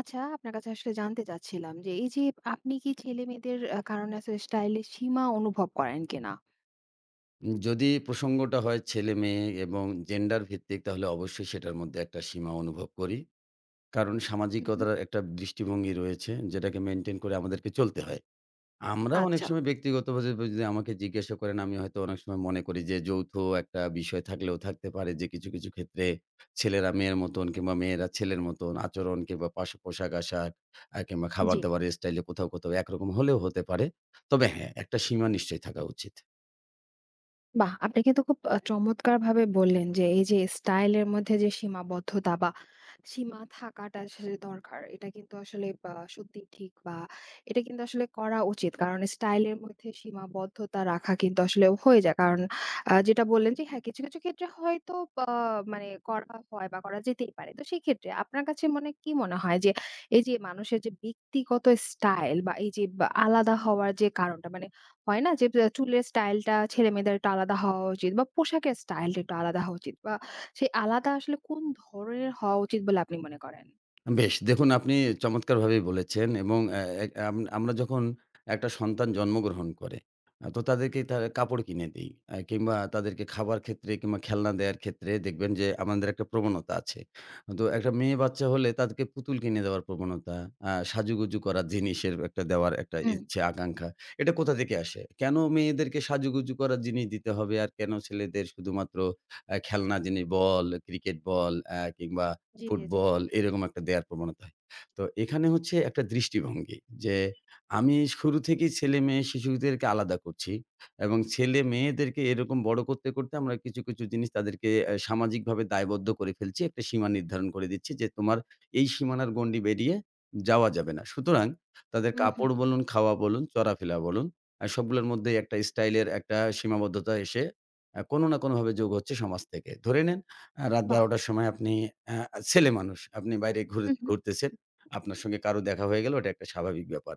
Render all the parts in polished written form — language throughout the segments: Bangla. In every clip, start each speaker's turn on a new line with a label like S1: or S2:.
S1: আচ্ছা, আপনার কাছে আসলে জানতে চাচ্ছিলাম যে, এই যে আপনি কি ছেলে-মেয়েদের কারণে আসলে স্টাইল এর সীমা অনুভব করেন কিনা?
S2: যদি প্রসঙ্গটা হয় ছেলে-মেয়ে এবং জেন্ডার ভিত্তিক তাহলে অবশ্যই সেটার মধ্যে একটা সীমা অনুভব করি। কারণ
S1: হু, হু।
S2: সামাজিকতার একটা দৃষ্টিভঙ্গি রয়েছে যেটাকে মেইনটেইন করে আমাদেরকে চলতে হয়। আমরা অনেক
S1: আচ্ছা,
S2: সময় ব্যক্তিগতভাবে যদি আমাকে জিজ্ঞাসা করেন আমি হয়তো অনেক সময় মনে করি যে যৌথ একটা বিষয় থাকলেও থাকতে পারে যে কিছু ক্ষেত্রে ছেলেরা মেয়ের মতন কিংবা মেয়েরা ছেলের মতন আচরণ কিংবা পোশাক-আশাক কিংবা
S1: জি।
S2: খাবার-দাবারের স্টাইলে কোথাও একরকম হলেও হতে পারে। তবে হ্যাঁ, একটা সীমা নিশ্চয়ই থাকা উচিত।
S1: বাহ! আপনি কিন্তু খুব চমৎকারভাবে বললেন যে, এই যে স্টাইলের মধ্যে যে সীমাবদ্ধতা বা সীমা থাকাটা আসলে দরকার। এটা কিন্তু আসলে বা সত্যিই ঠিক বা এটা কিন্তু আসলে করা উচিত। কারণ স্টাইলের মধ্যে সীমাবদ্ধতা রাখা কিন্তু আসলে হয়ে যায়। কারণ যেটা বললেন যে হ্যাঁ, কিছু, কিছু ক্ষেত্রে হয়তো বা মানে করা হয় বা করা যেতেই পারে। তো সেক্ষেত্রে আপনার কাছে মনে হয় যে, এই যে মানুষের যে ব্যক্তিগত স্টাইল বা এই যে বা আলাদা হওয়ার যে কারণটা মানে হয় না যে চুলের স্টাইলটা ছেলেমেয়েদের একটু আলাদা হওয়া উচিত বা পোশাকের স্টাইলটা একটু আলাদা হওয়া উচিত বা সেই আলাদা আসলে কোন ধরনের হওয়া উচিত বলে আপনি মনে করেন?
S2: বেশ! দেখুন আপনি চমৎকারভাবেই বলেছেন এবং অ্যা এক আম আমরা যখন একটা সন্তান জন্মগ্রহণ করে, তো তাদেরকে তার কাপড় কিনে দেই। কিংবা তাদেরকে খাবার ক্ষেত্রে কিংবা খেলনা দেয়ার ক্ষেত্রে দেখবেন যে আমাদের একটা প্রবণতা আছে। তো একটা মেয়ে বাচ্চা হলে তাদেরকে পুতুল কিনে দেওয়ার প্রবণতা, সাজুগুজু করার জিনিসের একটা দেওয়ার একটা
S1: হুম।
S2: ইচ্ছে আকাঙ্ক্ষা। এটা কোথা থেকে আসে? কেন মেয়েদেরকে সাজুগুজু করার জিনিস দিতে হবে? আর কেন ছেলেদের শুধুমাত্র খেলনা জিনিস বল, ক্রিকেট বল, কিংবা
S1: জি, জি, জি।
S2: ফুটবল এরকম একটা দেয়ার প্রবণতা হয়। তো এখানে হচ্ছে একটা দৃষ্টিভঙ্গি যে আমি শুরু থেকেই ছেলে-মেয়ে শিশুদেরকে আলাদা করছি এবং ছেলে-মেয়েদেরকে এরকম বড় করতে করতে আমরা কিছু জিনিস তাদেরকে সামাজিকভাবে দায়বদ্ধ করে ফেলছি। একটা সীমা নির্ধারণ করে দিচ্ছি যে তোমার এই সীমানার গণ্ডি বেরিয়ে যাওয়া যাবে না। সুতরাং তাদের
S1: হুম, হুম।
S2: কাপড় বলুন, খাওয়া বলুন, চলাফেরা বলুন সবগুলোর মধ্যেই একটা স্টাইলের একটা সীমাবদ্ধতা এসে কোনো না কোনোভাবে যোগ হচ্ছে সমাজ থেকে। ধরে নেন রাত
S1: বাহ!
S2: ১২:০০-র সময় আপনি আ ছেলেমানুষ, আপনি বাইরে
S1: হুম, হুম।
S2: ঘুরতেছেন। আপনার সঙ্গে কারো দেখা হয়ে গেল, ওটা একটা স্বাভাবিক ব্যাপার।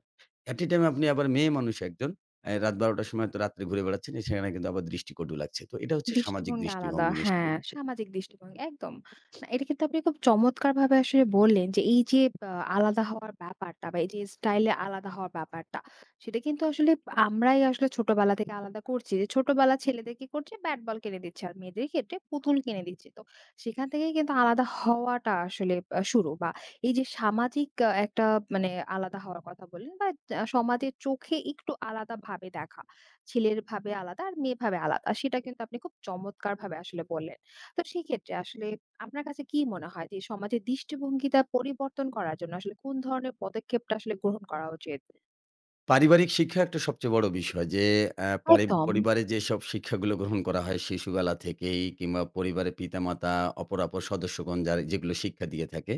S2: এট এ টাইম আপনি আবার মেয়ে মানুষ একজন। রাত ১২:০০টার সময় তো রাত্রে ঘুরে বেড়াচ্ছেন, সেখানে কিন্তু আবার দৃষ্টিকটু লাগছে। তো এটা হচ্ছে সামাজিক
S1: দৃষ্টিভঙ্গি আলাদা।
S2: দৃষ্টিভঙ্গি
S1: হ্যাঁ,
S2: নিশ্চয়ই।
S1: সামাজিক দৃষ্টিভঙ্গি একদম। না, এটা কিন্তু আপনি খুব চমৎকারভাবে আসলে বললেন যে এই যে আলাদা হওয়ার ব্যাপারটা বা এই যে স্টাইলে আলাদা হওয়ার ব্যাপারটা, সেটা কিন্তু আসলে আমরাই আসলে ছোটবেলা থেকে আলাদা করছি। যে ছোটবেলা ছেলেদের কি করছে? ব্যাট বল কিনে দিচ্ছে। আর মেয়েদের ক্ষেত্রে পুতুল কিনে দিচ্ছে। তো সেখান থেকেই কিন্তু আলাদা হওয়াটা আসলে শুরু বা এই যে সামাজিক একটা মানে আলাদা হওয়ার কথা বললেন বা সমাজের চোখে একটু আলাদাভাবে দেখা। ছেলের ভাবে আলাদা আর মেয়ে ভাবে আলাদা। সেটা কিন্তু আপনি খুব চমৎকারভাবে আসলে বললেন। তো সেক্ষেত্রে আসলে আপনার কাছে কি মনে হয় যে সমাজের দৃষ্টিভঙ্গিটা পরিবর্তন করার জন্য আসলে কোন ধরনের পদক্ষেপটা আসলে গ্রহণ করা উচিত?
S2: পারিবারিক শিক্ষা একটা সবচেয়ে বড় বিষয় যে অ্যা পারি
S1: একদম।
S2: পরিবারে যেসব শিক্ষাগুলো গ্রহণ করা হয় শিশুবেলা থেকেই কিংবা পরিবারের পিতামাতা, অপরাপর সদস্যগণ যারা যেগুলো শিক্ষা দিয়ে থাকে,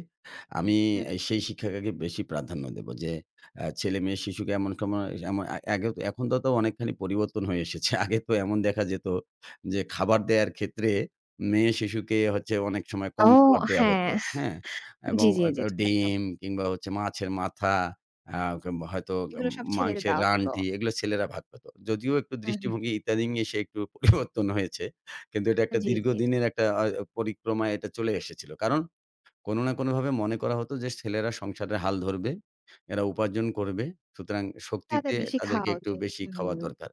S2: আমি
S1: হুম, হুম।
S2: সেই শিক্ষাটাকে বেশি প্রাধান্য দেব যে ছেলে-মেয়ে শিশুকে এমন সময় এমন আ আগে তো এখন তো তাও অনেকখানি পরিবর্তন হয়ে এসেছে। আগে তো এমন দেখা যেত যে খাবার দেয়ার ক্ষেত্রে মেয়ে শিশুকে হচ্ছে অনেক সময়
S1: ও
S2: কম খাবার দেয়া
S1: হ্যাঁ।
S2: হতো, হ্যাঁ?
S1: জি,
S2: এবং
S1: জি,
S2: আ
S1: জি,
S2: আ
S1: জি, একদম।
S2: ডিম কিংবা হচ্ছে মাছের মাথা, আ গম হয়তো গম,
S1: এগুলো সব ছেলেদের
S2: মাংসের
S1: দেওয়া হতো।
S2: রানটি এগুলো ছেলেরা ভাগ পেত। যদিও একটু
S1: হুম, হুম।
S2: দৃষ্টিভঙ্গি ইত্যাদি এসে একটু পরিবর্তন হয়েছে। কিন্তু এটা একটা
S1: জি, জি, জি।
S2: দীর্ঘদিনের একটা পরিক্রমায় এটা চলে এসেছিল। কারণ কোনো না কোনোভাবে মনে করা হতো যে ছেলেরা সংসারের হাল ধরবে, এরা উপার্জন করবে। সুতরাং
S1: তাদের
S2: শক্তিতে
S1: বেশি
S2: তাদেরকে
S1: খাওয়া
S2: একটু
S1: উচিত।
S2: বেশি খাওয়া
S1: হুম।
S2: দরকার।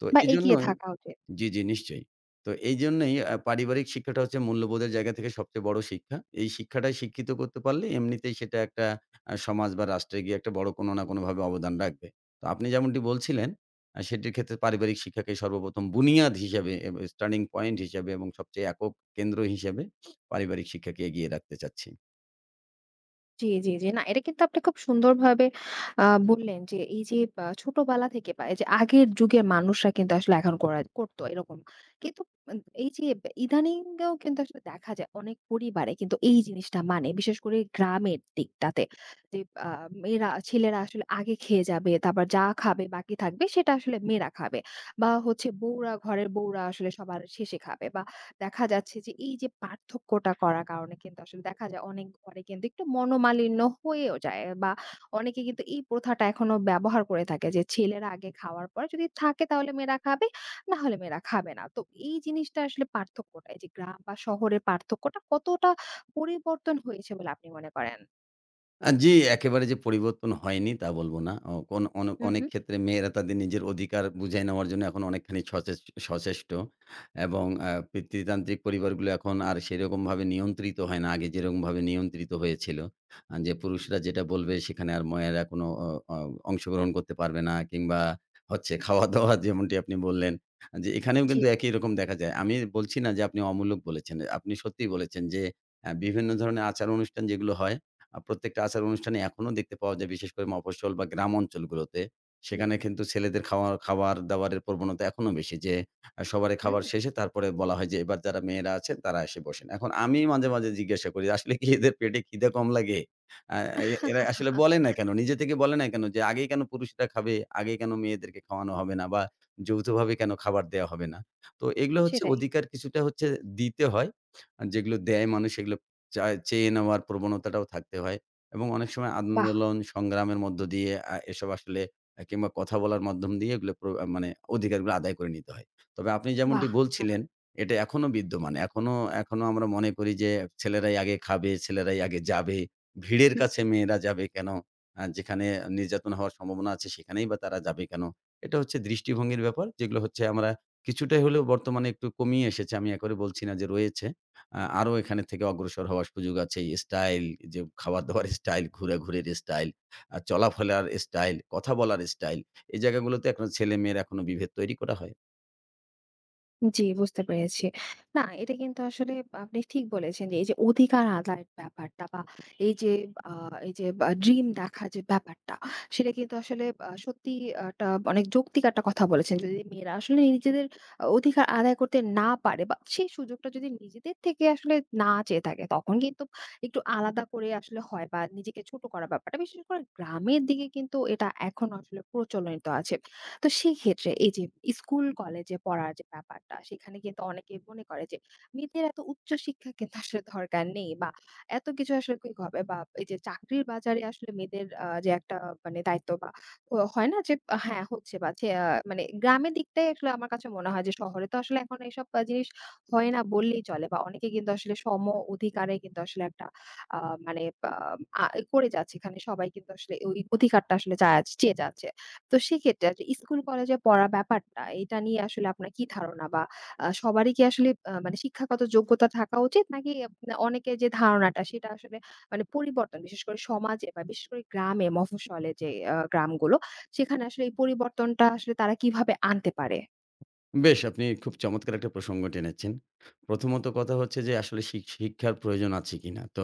S2: তো
S1: বা এগিয়ে
S2: এজন্যই
S1: থাকা উচিত।
S2: জি, জি, নিশ্চয়ই। তো এইজন্যই পারিবারিক শিক্ষাটা হচ্ছে মূল্যবোধের জায়গা থেকে সবচেয়ে বড় শিক্ষা। এই শিক্ষাটাই শিক্ষিত করতে পারলে এমনিতেই সেটা একটা সমাজ বা রাষ্ট্রে গিয়ে একটা বড় কোনো না কোনোভাবে অবদান রাখবে। তো আপনি যেমনটি বলছিলেন, সেটির ক্ষেত্রে পারিবারিক শিক্ষাকে সর্বপ্রথম বুনিয়াদ হিসেবে এবং স্টার্টিং পয়েন্ট হিসেবে এবং সবচেয়ে একক কেন্দ্র হিসেবে পারিবারিক শিক্ষাকে এগিয়ে রাখতে চাচ্ছি।
S1: জি, জি, জি। না, এটা কিন্তু আপনি খুব সুন্দরভাবে বললেন যে এই যে ছোটবেলা থেকে বা এই যে আগের যুগের মানুষরা কিন্তু আসলে এখন করা করতো এরকম। কিন্তু এই যে ইদানিংও কিন্তু আসলে দেখা যায় অনেক পরিবারে কিন্তু এই জিনিসটা মানে বিশেষ করে গ্রামের দিকটাতে যে আ মেয়েরা ছেলেরা আসলে আগে খেয়ে যাবে, তারপর যা খাবে বাকি থাকবে সেটা আসলে মেয়েরা খাবে। বা হচ্ছে বউরা ঘরের বউরা আসলে সবার শেষে খাবে বা দেখা যাচ্ছে যে এই যে পার্থক্যটা করার কারণে কিন্তু আসলে দেখা যায় অনেক ঘরে কিন্তু একটু মনোমালিন্য হয়েও যায় বা অনেকে কিন্তু এই প্রথাটা এখনো ব্যবহার করে থাকে যে ছেলেরা আগে খাওয়ার পরে যদি থাকে তাহলে মেয়েরা খাবে না হলে মেয়েরা খাবে না তো এই জিনিসটা আসলে পার্থক্যটা এই যে গ্রাম বা শহরের পার্থক্যটা কতটা পরিবর্তন হয়েছে বলে আপনি মনে করেন?
S2: জি, একেবারে যে পরিবর্তন হয়নি তা বলব না। অ কোন অন
S1: হুম,
S2: অনেক
S1: হুম।
S2: ক্ষেত্রে মেয়েরা তাদের নিজের অধিকার বুঝায় নেওয়ার জন্য এখন অনেকখানি সচেষ্ট এবং পিতৃতান্ত্রিক পরিবারগুলো এখন আর সেরকমভাবে নিয়ন্ত্রিত হয় না। আগে যেরকমভাবে নিয়ন্ত্রিত হয়েছিল। যে পুরুষরা যেটা বলবে সেখানে আর মেয়েরা কোনো অ অ অংশগ্রহণ করতে পারবে না কিংবা হচ্ছে খাওয়া-দাওয়া যেমনটি আপনি বললেন, যে এখানেও
S1: জি,
S2: কিন্তু একই রকম দেখা যায়। আমি বলছি না যে আপনি অমূলক বলেছেন। আপনি সত্যিই বলেছেন যে, বিভিন্ন ধরনের আচার অনুষ্ঠান যেগুলো হয় প্রত্যেকটা আচার অনুষ্ঠানে এখনো দেখতে পাওয়া যায় বিশেষ করে মফস্বল বা গ্রাম অঞ্চলগুলোতে।
S1: জি।
S2: সেখানে কিন্তু ছেলেদের খাওয়া খাবার-দাবারের প্রবণতা এখনো বেশি যে সবারই
S1: হুম,
S2: খাবার শেষে তারপরে বলা হয় যে, "এবার যারা মেয়েরা আছেন তারা এসে বসেন।" এখন আমি মাঝে মাঝে জিজ্ঞাসা করি, "আসলে কি এদের পেটে খিদে কম লাগে?" আ এ এরা আসলে বলে না কেন? নিজে থেকে বলে না কেন? যে আগেই কেন পুরুষরা খাবে? আগেই কেন মেয়েদেরকে খাওয়ানো হবে না? বা যৌথভাবে কেন খাবার দেয়া হবে না? তো এগুলো হচ্ছে
S1: সেটাই।
S2: অধিকার কিছুটা হচ্ছে দিতে হয়। আর যেগুলো দেয় মানুষ সেগুলো চা চেয়ে নেওয়ার প্রবণতাটাও থাকতে হয় এবং অনেক সময়
S1: বাহ!
S2: আন্দোলন, সংগ্রামের মধ্য দিয়ে এসব আসলে কিংবা কথা বলার মাধ্যম দিয়ে এগুলো প্র আ মানে অধিকারগুলো আদায় করে নিতে হয়। তবে আপনি যেমনটি
S1: বাহ! দারুণ!
S2: বলছিলেন, এটা এখনো বিদ্যমান। এখনো এখনো আমরা মনে করি যে ছেলেরাই আগে খাবে, ছেলেরাই আগে যাবে। ভিড়ের কাছে মেয়েরা যাবে কেন? যেখানে নির্যাতন হওয়ার সম্ভাবনা আছে সেখানেই বা তারা যাবে কেন? এটা হচ্ছে দৃষ্টিভঙ্গির ব্যাপার। যেগুলো হচ্ছে আমরা কিছুটাই হলেও বর্তমানে একটু কমিয়ে এসেছে। আমি একেবারে বলছি না যে রয়েছে। আরো এখানে থেকে অগ্রসর হওয়ার সুযোগ আছে। স্টাইল যে খাবার-দাবার স্টাইল, ঘুরাঘুরির স্টাইল, চলাফেরার স্টাইল, কথা বলার স্টাইল। এই জায়গাগুলোতে এখন ছেলেমেয়ের এখনো বিভেদ তৈরি করা হয়।
S1: জি, বুঝতে পেরেছি। না, এটা কিন্তু আসলে আপনি ঠিক বলেছেন যে, এই যে অধিকার আদায়ের ব্যাপারটা বা এই যে আ এই যে বা ড্রিম দেখা যে ব্যাপারটা, সেটা কিন্তু আসলে সত্যিই একটা অনেক যৌক্তিক একটা কথা বলেছেন। যদি মেয়েরা আসলে নিজেদের অধিকার আদায় করতে না পারে বা সেই সুযোগটা যদি নিজেদের থেকে আসলে না চেয়ে থাকে, তখন কিন্তু একটু আলাদা করে আসলে হয় বা নিজেকে ছোট করার ব্যাপারটা। বিশেষ করে গ্রামের দিকে কিন্তু এটা এখনো আসলে প্রচলিত আছে। তো সেক্ষেত্রে এই যে স্কুল কলেজে পড়ার যে ব্যাপারটা সেখানে কিন্তু অনেকে মনে করে যে মেয়েদের এত উচ্চ শিক্ষা কিন্তু আসলে দরকার নেই বা এত কিছু আসলে কি হবে বা এই যে চাকরির বাজারে আসলে মেয়েদের যে একটা মানে দায়িত্ব বা ও হয় না যে হ্যাঁ হচ্ছে বা যে, মানে গ্রামের দিকটাই আসলে আমার কাছে মনে হয় যে শহরে তো আসলে এখন এইসব জিনিস হয় না বললেই চলে বা অনেকে কিন্তু আসলে অধিকারে কিন্তু আসলে একটা মানে আহ, করে যাচ্ছে এখানে সবাই কিন্তু আসলে ওই অধিকারটা আসলে চেয়ে যাচ্ছে তো সেক্ষেত্রে আজ স্কুল কলেজে পড়া ব্যাপারটা, এটা নিয়ে আসলে আপনার কি ধারণা? বা সবারই কি আসলে মানে শিক্ষাগত যোগ্যতা থাকা উচিত? নাকি আপনা অনেকের যে ধারণাটা সেটা আসলে মানে পরিবর্তন বিশেষ করে সমাজে বা বিশেষ করে গ্রামে মফস্বলে যে গ্রামগুলো সেখানে আসলে এই পরিবর্তনটা আসলে তারা কিভাবে আনতে পারে?
S2: বেশ আপনি খুব চমৎকার একটা প্রসঙ্গ টেনেছেন। প্রথমত কথা হচ্ছে যে আসলে শিক্ষার প্রয়োজন আছে কিনা? তো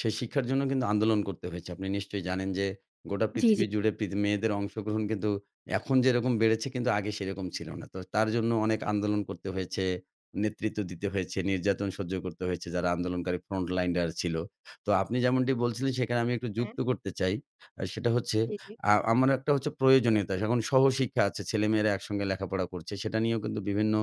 S2: সেই শিক্ষার জন্য কিন্তু আন্দোলন করতে হয়েছে। আপনি নিশ্চয়ই জানেন যে গোটা
S1: জি, জি।
S2: পৃথিবী জুড়ে মেয়েদের অংশগ্রহণ কিন্তু এখন যেরকম বেড়েছে কিন্তু আগে সেরকম ছিল না। তো তার জন্য অনেক আন্দোলন করতে হয়েছে, নেতৃত্ব দিতে হয়েছে, নির্যাতন সহ্য করতে হয়েছে যারা আন্দোলনকারী ফ্রন্ট লাইনার ছিল। তো আপনি যেমনটি বলছিলেন সেখানে আমি একটু
S1: হ্যাঁ,
S2: যুক্ত করতে চাই। সেটা হচ্ছে
S1: জি, জি।
S2: আমার একটা হচ্ছে প্রয়োজনীয়তা। এখন সহশিক্ষা আছে। ছেলেমেয়েরা একসঙ্গে লেখাপড়া করছে। সেটা নিয়েও কিন্তু বিভিন্ন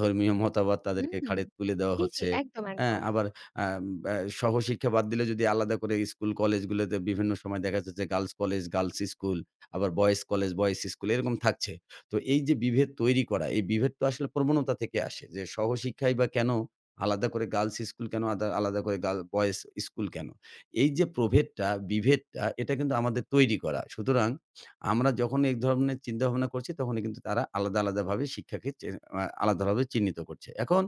S2: ধর্মীয় মতামত তাদেরকে
S1: হুম।
S2: ঘাড়ে তুলে দেওয়া
S1: জি, জি।
S2: হচ্ছে।
S1: একদম,
S2: হ্যাঁ?
S1: একদম।
S2: আবার আম অ্যা সহশিক্ষা বাদ দিলে যদি আলাদা করে স্কুল কলেজগুলোতে বিভিন্ন সময় দেখা যাচ্ছে যে গার্লস কলেজ, গার্লস স্কুল, আবার বয়েজ কলেজ, বয়েজ স্কুল এরকম থাকছে। তো এই যে বিভেদ তৈরি করা, এই বিভেদ তো আসলে প্রবণতা থেকে আসে যে সহশিক্ষাই বা কেন? আলাদা করে গার্লস স্কুল কেন? আলাদা করে গার্ল বয়েজ স্কুল কেন? এই যে প্রভেদটা, বিভেদটা এটা কিন্তু আমাদের তৈরি করা। সুতরাং আমরা যখন এক ধরনের চিন্তাভাবনা করছি, তখনই কিন্তু তারা আলাদা আলাদাভাবে শিক্ষাকে চে আ আলাদাভাবে চিহ্নিত করছে। এখন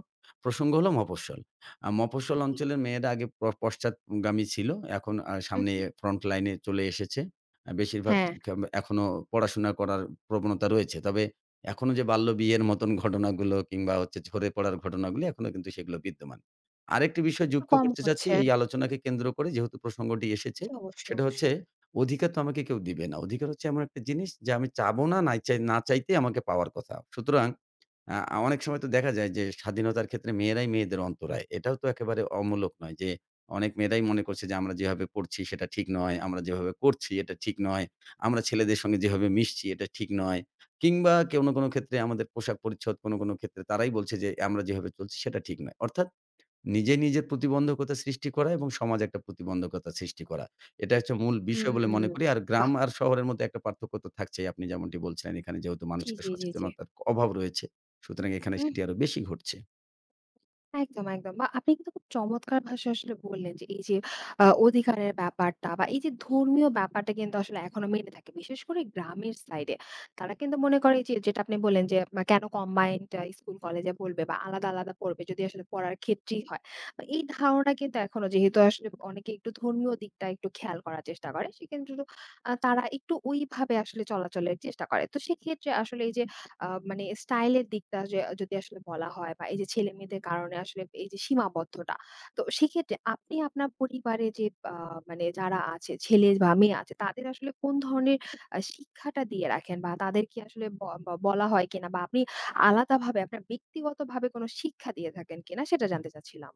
S2: প্রসঙ্গ হলো মফস্বল। মফস্বল
S1: জি।
S2: অঞ্চলের মেয়েরা আগে পশ্চাৎগামী ছিল। এখন
S1: হু,
S2: সামনে
S1: হু।
S2: ফ্রন্ট লাইনে চলে এসেছে। বেশিরভাগ
S1: হ্যাঁ,
S2: শিক্ষা এখনো পড়াশোনা করার প্রবণতা রয়েছে। তবে এখনো যে বাল্যবিয়ের মতন ঘটনাগুলো কিংবা হচ্ছে ঝরে পড়ার ঘটনাগুলো এখনো কিন্তু সেগুলো বিদ্যমান। আরেকটি বিষয়
S1: একটু
S2: যুক্ত
S1: কম
S2: করতে চাচ্ছি
S1: হচ্ছে।
S2: এই আলোচনাকে কেন্দ্র করে যেহেতু প্রসঙ্গটি এসেছে,
S1: জি, অবশ্যই,
S2: সেটা হচ্ছে
S1: অবশ্যই।
S2: অধিকার তো আমাকে কেউ দিবে না। অধিকার হচ্ছে এমন একটা জিনিস যে আমি চাবো না, নাই চাই না চাইতেই আমাকে পাওয়ার কথা। সুতরাং অনেক সময় তো দেখা যায় যে স্বাধীনতার ক্ষেত্রে মেয়েরাই মেয়েদের অন্তরায়। এটাও তো একেবারে অমূলক নয় যে অনেক মেয়েরাই মনে করছে যে আমরা যেভাবে পড়ছি সেটা ঠিক নয়, আমরা যেভাবে করছি এটা ঠিক নয়, আমরা ছেলেদের সঙ্গে যেভাবে মিশছি এটা ঠিক নয়। কিংবা কোনো ক্ষেত্রে আমাদের পোশাক পরিচ্ছদ কোনো ক্ষেত্রে তারাই বলছে যে আমরা যেভাবে চলছি সেটা ঠিক নয়। অর্থাৎ নিজের প্রতিবন্ধকতা সৃষ্টি করা এবং সমাজে একটা প্রতিবন্ধকতা সৃষ্টি করা। এটা হচ্ছে মূল বিষয় বলে
S1: হুম।
S2: মনে করি। আর
S1: বাহ!
S2: গ্রাম আর শহরের মধ্যে একটা পার্থক্য তো থাকছেই। আপনি যেমনটি বলছিলেন এখানে যেহেতু
S1: জি,
S2: মানুষের
S1: জি, জি, জি।
S2: সচেতনতার অভাব রয়েছে। সুতরাং এখানে
S1: হুম।
S2: সেটি আরো বেশি ঘটছে।
S1: একদম, একদম। বা আপনি কিন্তু খুব চমৎকার ভাষায় আসলে বললেন যে এই যে অধিকারের ব্যাপারটা বা এই যে ধর্মীয় ব্যাপারটা কিন্তু আসলে এখনো মেনে থাকে। বিশেষ করে গ্রামের সাইডে। তারা কিন্তু মনে করে যে যেটা আপনি বললেন যে মা কেন কম্বাইন্ড স্কুল কলেজে পড়বে বা আলাদা, আলাদা পড়বে যদি আসলে পড়ার ক্ষেত্রেই হয়। তো এই ধারণা কিন্তু এখনো যেহেতু আসলে অনেকে একটু ধর্মীয় দিকটা একটু খেয়াল করার চেষ্টা করে। সেখানে কিন্তু তারা একটু ওইভাবে আসলে চলাচলের চেষ্টা করে। তো সেক্ষেত্রে আসলে এই যে মানে স্টাইলের দিকটা যে যদি আসলে বলা হয় বা এই যে ছেলেমেয়েদের কারণে আসলে এই যে সীমাবদ্ধতা। তো সেক্ষেত্রে আপনি আপনার পরিবারে যে আ মানে যারা আছে ছেলে বা মেয়ে আছে তাদের আসলে কোন ধরনের শিক্ষাটা দিয়ে রাখেন বা তাদের কি আসলে ব ব বলা হয় কিনা বা আপনি আলাদাভাবে আপনার ব্যক্তিগতভাবে কোনো শিক্ষা দিয়ে থাকেন কিনা সেটা জানতে চাচ্ছিলাম?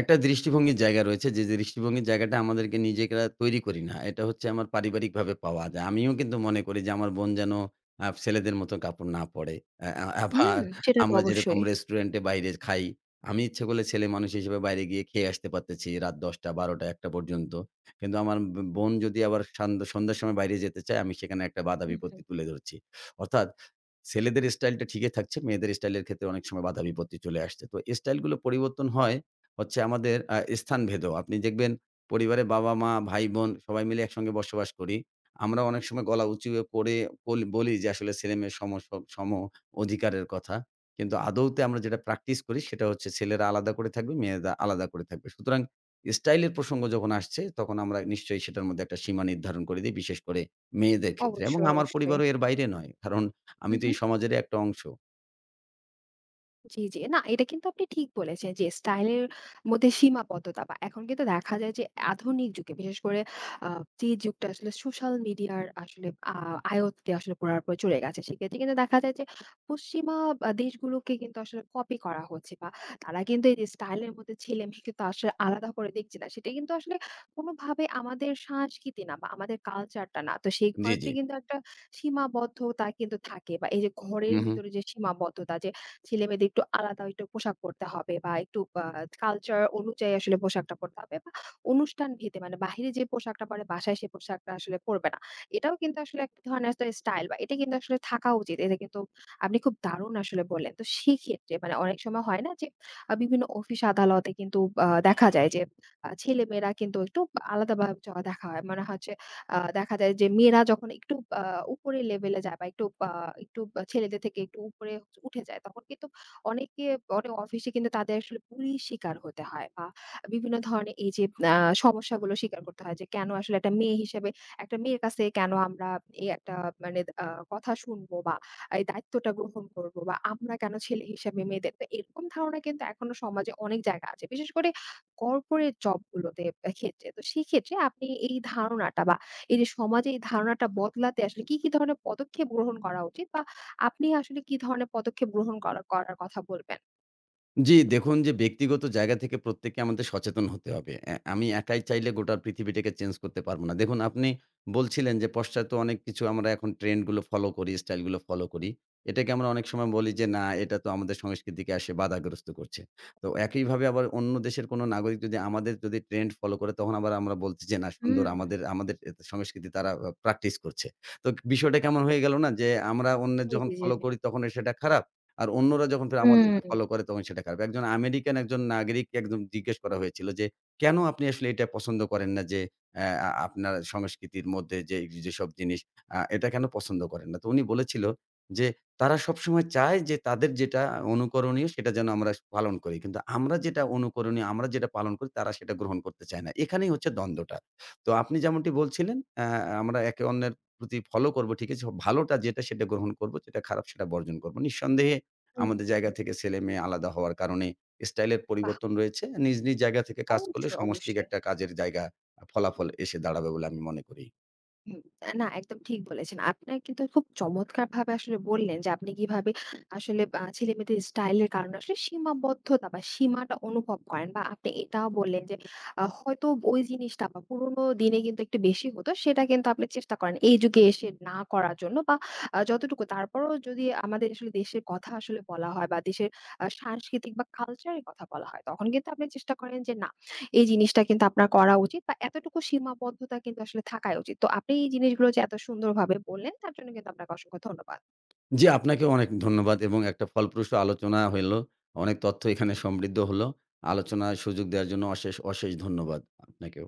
S2: একটা দৃষ্টিভঙ্গির জায়গা রয়েছে যে দৃষ্টিভঙ্গির জায়গাটা আমাদেরকে নিজেরা তৈরি করি না। এটা হচ্ছে আমার পারিবারিকভাবে পাওয়া। যে আমিও কিন্তু মনে করি যে আমার বোন যেন ছেলেদের মতো কাপড় না পড়ে। আ আ
S1: হুম,
S2: আবার
S1: সেটা তো
S2: আমরা যেরকম
S1: অবশ্যই।
S2: রেস্টুরেন্টে বাইরে খাই, আমি ইচ্ছে করলে ছেলে মানুষ হিসেবে বাইরে গিয়ে খেয়ে আসতে পারতেছি রাত ১০:০০, ১২:০০, ১:০০ পর্যন্ত। কিন্তু আমার বোন যদি আবার সন্ধ্যার সময় বাইরে যেতে চায়, আমি সেখানে একটা বাধা
S1: হুম, হুম।
S2: বিপত্তি তুলে ধরছি। অর্থাৎ ছেলেদের স্টাইলটা ঠিকই থাকছে, মেয়েদের স্টাইলের ক্ষেত্রে অনেক সময় বাধা বিপত্তি চলে আসছে। তো স্টাইলগুলো পরিবর্তন হয় হচ্ছে আমাদের স্থানভেদও। আপনি দেখবেন পরিবারে বাবা-মা, ভাই-বোন সবাই মিলে একসঙ্গে বসবাস করি। আমরা অনেক সময় গলা উঁচু করে বলি যে আসলে ছেলে-মেয়ের সম অধিকারের কথা। কিন্তু আদৌতে আমরা যেটা প্র্যাকটিস করি সেটা হচ্ছে ছেলেরা আলাদা করে থাকবে, মেয়েরা আলাদা করে থাকবে। সুতরাং স্টাইলের প্রসঙ্গ যখন আসছে তখন আমরা নিশ্চয়ই সেটার মধ্যে একটা সীমা নির্ধারণ করে দেই বিশেষ করে মেয়েদের ক্ষেত্রে এবং
S1: অবশ্যই,
S2: আমার
S1: অবশ্যই।
S2: পরিবারও এর বাইরে নয়। কারণ
S1: হুম,
S2: আমি তো এই
S1: হুম।
S2: সমাজেরই একটা অংশ।
S1: জি, জি। না, এটা কিন্তু আপনি ঠিক বলেছেন যে স্টাইলের মধ্যে সীমাবদ্ধতা বা এখন কিন্তু দেখা যায় যে আধুনিক যুগে বিশেষ করে আ যে যুগটা আসলে সোশ্যাল মিডিয়ার আসলে আয়ত্তে আসলে পুরাপুরি চলে গেছে। সেক্ষেত্রে কিন্তু দেখা যায় যে পশ্চিমা দেশগুলোকে কিন্তু আসলে কপি করা হচ্ছে বা তারা কিন্তু এই যে স্টাইলের মধ্যে ছেলে-মেয়ে কিন্তু আসলে আলাদা করে দেখছে না। সেটা কিন্তু আসলে কোনোভাবে আমাদের সংস্কৃতি না বা আমাদের কালচারটা না। তো সেই
S2: জি, জি।
S1: ক্ষেত্রে কিন্তু একটা সীমাবদ্ধতা কিন্তু থাকে বা এই যে ঘরের
S2: হু, হু।
S1: ভিতরে যে সীমাবদ্ধতা যে ছেলেমেয়েদের একটু আলাদা একটু পোশাক পরতে হবে বা একটু কালচার অনুযায়ী আসলে পোশাকটা পরতে হবে বা অনুষ্ঠান ভেদে মানে বাহিরে যে পোশাকটা পরে বাসায় সেই পোশাকটা আসলে পরবে না। এটাও কিন্তু আসলে এক ধরনের একটা স্টাইল বা এটা কিন্তু আসলে থাকা উচিত। এটা কিন্তু আপনি খুব দারুণ আসলে বললেন। তো সেক্ষেত্রে মানে অনেক সময় হয় না যে বিভিন্ন অফিস আদালতে কিন্তু দেখা যায় যে ছেলেমেয়েরা কিন্তু একটু আলাদাভাবে দেখা হয়। মনে হচ্ছে দেখা যায় যে মেয়েরা যখন একটু আ উপরের লেভেলে যায় বা একটু একটু ছেলেদের থেকে একটু উপরে উঠে যায় তখন কিন্তু অনেকে অনেক অফিসে কিন্তু তাদের আসলে বুলির শিকার হতে হয় বা বিভিন্ন ধরনের এই যে আ সমস্যাগুলো স্বীকার করতে হয় যে কেন আসলে একটা মেয়ে হিসেবে একটা মেয়ের কাছে কেন আমরা এই একটা মানে কথা শুনবো বা এই দায়িত্বটা গ্রহণ করবো বা আমরা কেন ছেলে হিসেবে মেয়েদের তো এরকম ধারণা কিন্তু এখনো সমাজে অনেক জায়গা আছে। বিশেষ করে কর্পোরেট জব গুলোতে ক্ষেত্রে। তো সেক্ষেত্রে আপনি এই ধারণাটা বা এই যে সমাজে এই ধারণাটা বদলাতে আসলে কি, কি ধরনের পদক্ষেপ গ্রহণ করা উচিত? বা আপনি আসলে কি ধরনের পদক্ষেপ গ্রহণ করা করার কথা বলবেন?
S2: জি, দেখুন যে ব্যক্তিগত জায়গা থেকে প্রত্যেককে আমাদের সচেতন হতে হবে। আমি একাই চাইলে গোটা পৃথিবীটাকে চেঞ্জ করতে পারব না। দেখুন আপনি বলছিলেন যে পশ্চাতে অনেক কিছু আমরা এখন ট্রেন্ড গুলো ফলো করি, স্টাইল গুলো ফলো করি। এটাকে আমরা অনেক সময় বলি যে না এটা তো আমাদের সংস্কৃতিকে আসে বাধাগ্রস্ত করছে। তো একইভাবে আবার অন্য দেশের কোনো নাগরিক যদি আমাদের যদি ট্রেন্ড ফলো করে তখন আবার আমরা বলছি যে না
S1: হুম।
S2: সুন্দর আমাদের এ সংস্কৃতি তারা প্র্যাকটিস করছে। তো বিষয়টা কেমন হয়ে গেল না যে আমরা অন্যের
S1: জি,
S2: যখন
S1: জি, জি,
S2: ফলো
S1: জি।
S2: করি তখন সেটা খারাপ। আর অন্যরা যখন ফের
S1: হুম,
S2: আমাদেরকে ফলো করে তখন সেটা খারাপ। একজন আমেরিকান একজন নাগরিককে একদম জিজ্ঞেস করা হয়েছিল যে, "কেন আপনি আসলে এটা পছন্দ করেন না যে অ্যা আ আপনার সংস্কৃতির মধ্যে যে যেসব জিনিস এটা কেন পছন্দ করেন না?" তো উনি বলেছিল যে, "তারা সবসময় চায় যে তাদের যেটা অনুকরণীয় সেটা যেন আমরা পালন করি। কিন্তু আমরা যেটা অনুকরণীয় আমরা যেটা পালন করি তারা সেটা গ্রহণ করতে চায় না।" এখানেই হচ্ছে দ্বন্দ্বটা। তো আপনি যেমনটি বলছিলেন আমরা একে অন্যের প্রতি ফলো করব ঠিক আছে। ভালোটা যেটা সেটা গ্রহণ করব, যেটা খারাপ সেটা বর্জন করব। নিঃসন্দেহে
S1: হুম,
S2: আমাদের
S1: হুম, হুম।
S2: জায়গা থেকে ছেলে-মেয়ে আলাদা হওয়ার কারণে স্টাইলের
S1: বাহ!
S2: পরিবর্তন রয়েছে। নিজ নিজ জায়গা থেকে কাজ করলে
S1: অবশ্যই,
S2: সমষ্টিক
S1: অবশ্যই।
S2: একটা কাজের জায়গা ফলাফল এসে দাঁড়াবে বলে আমি মনে করি।
S1: হুম, না একদম ঠিক বলেছেন। আপনার কিন্তু খুব চমৎকারভাবে আসলে বললেন যে আপনি কিভাবে আসলে ছেলেমেয়েদের স্টাইলের কারণে আসলে সীমাবদ্ধতা বা সীমাটা অনুভব করেন বা আপনি এটাও বললেন যে হয়তো ওই জিনিসটা বা পুরোনো দিনে কিন্তু একটু বেশি হতো সেটা কিন্তু আপনি চেষ্টা করেন এই যুগে এসে না করার জন্য বা যতটুকু তারপরেও যদি আমাদের আসলে দেশের কথা আসলে বলা হয় বা দেশের সাংস্কৃতিক বা কালচারের কথা বলা হয় তখন কিন্তু আপনি চেষ্টা করেন যে না এই জিনিসটা কিন্তু আপনার করা উচিত বা এতটুকু সীমাবদ্ধতা কিন্তু আসলে থাকাই উচিত। তো আপনি এই জিনিসগুলো যে এত সুন্দরভাবে বললেন তার জন্য কিন্তু আপনাকে অসংখ্য ধন্যবাদ।
S2: জি, আপনাকেও অনেক ধন্যবাদ এবং একটা ফলপ্রসূ আলোচনা হইল। অনেক তথ্য এখানে সমৃদ্ধ হলো। আলোচনার সুযোগ দেওয়ার জন্য অশেষ ধন্যবাদ আপনাকেও।